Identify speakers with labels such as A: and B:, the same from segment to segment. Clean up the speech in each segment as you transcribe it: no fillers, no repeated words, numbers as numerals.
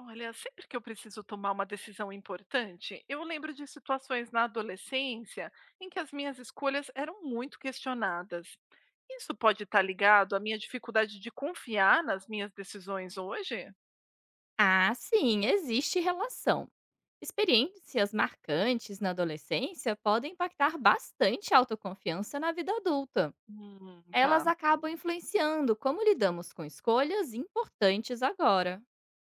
A: Olha, sempre que eu preciso tomar uma decisão importante, eu lembro de situações na adolescência em que as minhas escolhas eram muito questionadas. Isso pode estar ligado à minha dificuldade de confiar nas minhas decisões hoje?
B: Ah, sim, existe relação. Experiências marcantes na adolescência podem impactar bastante a autoconfiança na vida adulta. Elas
A: Tá.
B: acabam influenciando como lidamos com escolhas importantes agora.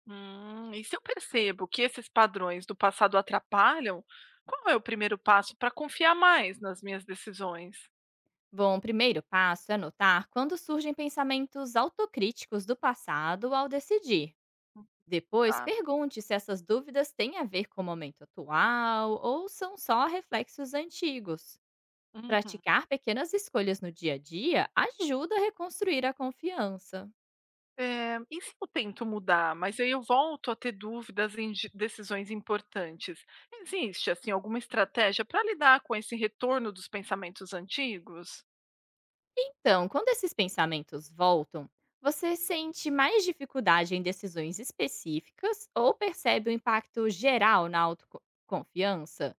A: E se eu percebo que esses padrões do passado atrapalham, qual é o primeiro passo para confiar mais nas minhas decisões?
B: Bom, o primeiro passo é notar quando surgem pensamentos autocríticos do passado ao decidir. Depois,
A: Tá.
B: pergunte se essas dúvidas têm a ver com o momento atual ou são só reflexos antigos.
A: Uhum.
B: Praticar pequenas escolhas no dia a dia ajuda a reconstruir a confiança.
A: É, e eu tento mudar, mas aí eu volto a ter dúvidas em decisões importantes. Existe assim alguma estratégia para lidar com esse retorno dos pensamentos antigos?
B: Então, quando esses pensamentos voltam, você sente mais dificuldade em decisões específicas ou percebe o impacto geral na autoconfiança?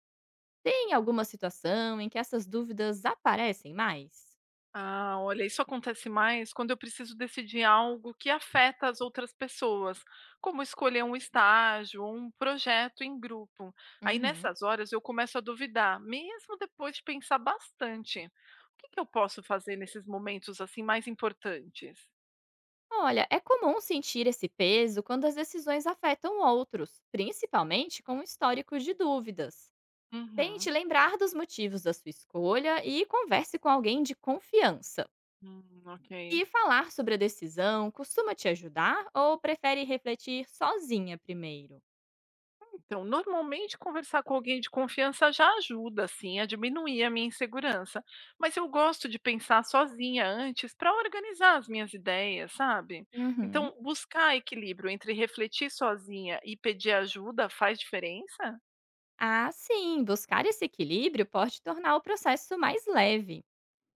B: Tem alguma situação em que essas dúvidas aparecem mais?
A: Ah, olha, isso acontece mais quando eu preciso decidir algo que afeta as outras pessoas, como escolher um estágio ou um projeto em grupo. Aí
B: Uhum.
A: nessas horas eu começo a duvidar, mesmo depois de pensar bastante. O que que eu posso fazer nesses momentos assim mais importantes?
B: Olha, é comum sentir esse peso quando as decisões afetam outros, principalmente com o histórico de dúvidas. Tente
A: Uhum.
B: lembrar dos motivos da sua escolha e converse com alguém de confiança.
A: Ok.
B: E falar sobre a decisão costuma te ajudar ou prefere refletir sozinha primeiro?
A: Então, normalmente conversar com alguém de confiança já ajuda, assim, a diminuir a minha insegurança. Mas eu gosto de pensar sozinha antes para organizar as minhas ideias, sabe?
B: Uhum.
A: Então, buscar equilíbrio entre refletir sozinha e pedir ajuda faz diferença?
B: Ah, sim, buscar esse equilíbrio pode tornar o processo mais leve.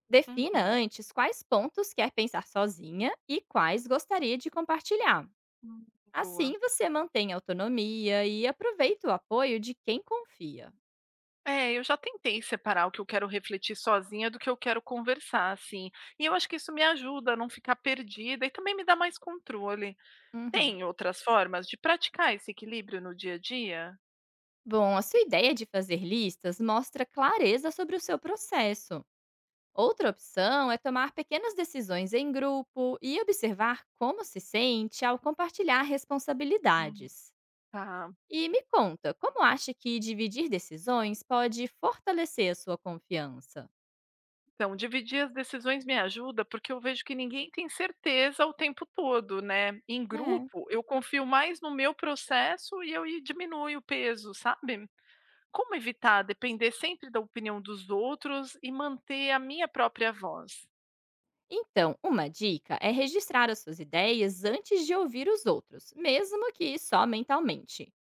B: Defina
A: Uhum.
B: antes quais pontos quer pensar sozinha e quais gostaria de compartilhar.
A: Hum, Boa.
B: Assim você mantém a autonomia e aproveita o apoio de quem confia.
A: É, eu já tentei separar o que eu quero refletir sozinha do que eu quero conversar, assim. E eu acho que isso me ajuda a não ficar perdida e também me dá mais controle.
B: Uhum.
A: Tem outras formas de praticar esse equilíbrio no dia a dia?
B: Bom, a sua ideia de fazer listas mostra clareza sobre o seu processo. Outra opção é tomar pequenas decisões em grupo e observar como se sente ao compartilhar
A: Hum.
B: responsabilidades.
A: Tá.
B: E me conta, como acha que dividir decisões pode fortalecer a sua confiança?
A: Então, dividir as decisões me ajuda, porque eu vejo que ninguém tem certeza o tempo todo, né? Em
B: Né?
A: grupo, eu confio mais no meu processo e eu e diminuo o peso, sabe? Como evitar depender sempre da opinião dos outros e manter a minha própria voz?
B: Então, uma dica é registrar as suas ideias antes de ouvir os outros, mesmo que só mentalmente.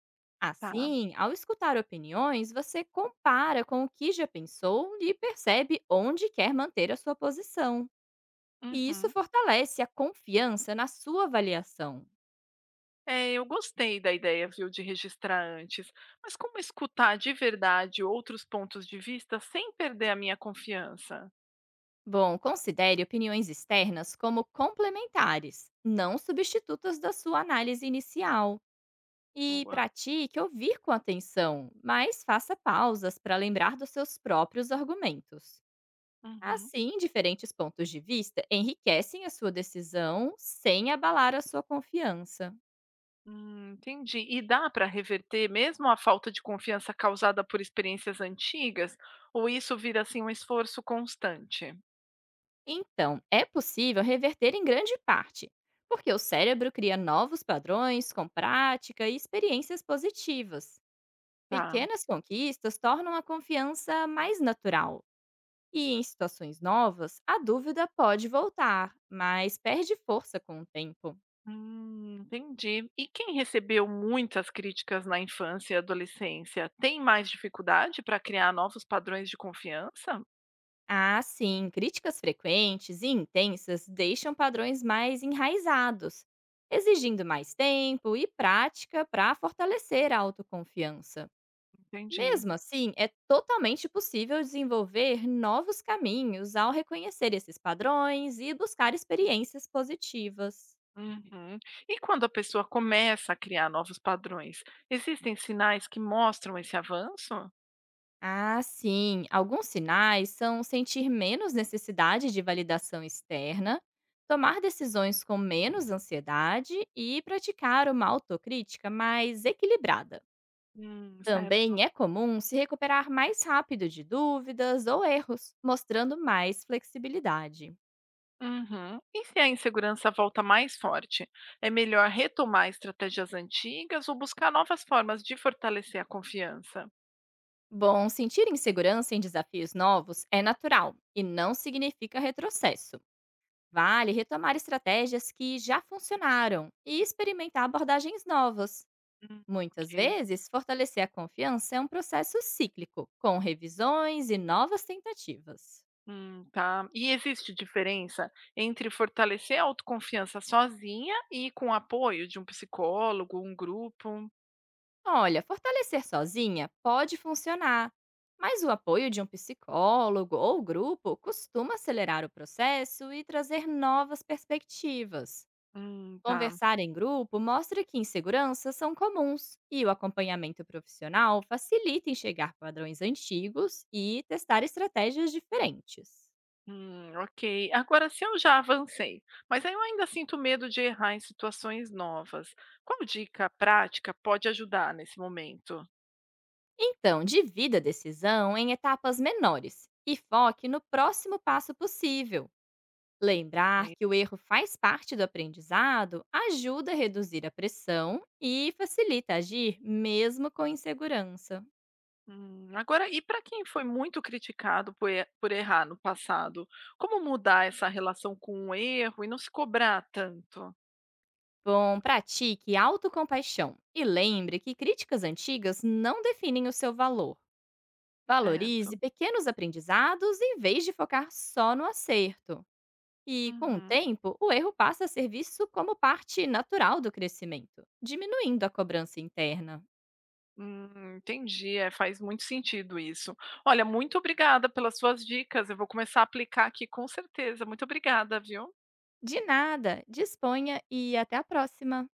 A: Tá.
B: Assim, ao escutar opiniões, você compara com o que já pensou e percebe onde quer manter a sua posição. E isso
A: Uhum.
B: fortalece a confiança na sua avaliação.
A: É, eu gostei da ideia, viu, de registrar antes, mas como escutar de verdade outros pontos de vista sem perder a minha confiança?
B: Bom, considere opiniões externas como complementares, não substitutas da sua análise inicial. E
A: Boa.
B: pratique ouvir com atenção, mas faça pausas para lembrar dos seus próprios argumentos.
A: Uhum.
B: Assim, diferentes pontos de vista enriquecem a sua decisão sem abalar a sua confiança.
A: Entendi. E dá para reverter mesmo a falta de confiança causada por experiências antigas? Ou isso vira assim um esforço constante?
B: Então, é possível reverter em grande parte, porque o cérebro cria novos padrões com prática e experiências positivas.
A: Tá.
B: Pequenas conquistas tornam a confiança mais natural. E em situações novas, a dúvida pode voltar, mas perde força com o tempo.
A: Entendi. E quem recebeu muitas críticas na infância e adolescência tem mais dificuldade para criar novos padrões de confiança?
B: Ah, sim. Críticas frequentes e intensas deixam padrões mais enraizados, exigindo mais tempo e prática para fortalecer a autoconfiança.
A: Entendi.
B: Mesmo assim, é totalmente possível desenvolver novos caminhos ao reconhecer esses padrões e buscar experiências positivas.
A: Uhum. E quando a pessoa começa a criar novos padrões, existem sinais que mostram esse avanço?
B: Ah, sim. Alguns sinais são sentir menos necessidade de validação externa, tomar decisões com menos ansiedade e praticar uma autocrítica mais equilibrada. Também
A: Certo.
B: é comum se recuperar mais rápido de dúvidas ou erros, mostrando mais flexibilidade.
A: Uhum. E se a insegurança volta mais forte, é melhor retomar estratégias antigas ou buscar novas formas de fortalecer a confiança?
B: Bom, sentir insegurança em desafios novos é natural e não significa retrocesso. Vale retomar estratégias que já funcionaram e experimentar abordagens novas.
A: Hum,
B: Muitas
A: ok.
B: vezes, fortalecer a confiança é um processo cíclico, com revisões e novas tentativas.
A: Tá. E existe diferença entre fortalecer a autoconfiança sozinha e com o apoio de um psicólogo, um grupo?
B: Olha, fortalecer sozinha pode funcionar, mas o apoio de um psicólogo ou grupo costuma acelerar o processo e trazer novas perspectivas.
A: Tá.
B: Conversar em grupo mostra que inseguranças são comuns e o acompanhamento profissional facilita enxergar padrões antigos e testar estratégias diferentes.
A: Ok. Agora, se eu já avancei, mas aí eu ainda sinto medo de errar em situações novas, qual dica prática pode ajudar nesse momento?
B: Então, divida a decisão em etapas menores e foque no próximo passo possível. Lembrar
A: Né?
B: que o erro faz parte do aprendizado ajuda a reduzir a pressão e facilita agir mesmo com insegurança.
A: Agora, e para quem foi muito criticado por errar no passado, como mudar essa relação com o erro e não se cobrar tanto?
B: Bom, pratique autocompaixão e lembre que críticas antigas não definem o seu valor. Valorize
A: Certo.
B: pequenos aprendizados em vez de focar só no acerto. E, com o
A: Uhum.
B: tempo, o erro passa a ser visto como parte natural do crescimento, diminuindo a cobrança interna.
A: Entendi, é, faz muito sentido isso. Olha, muito obrigada pelas suas dicas. Eu vou começar a aplicar aqui com certeza. Muito obrigada, viu?
B: De nada, disponha e até a próxima!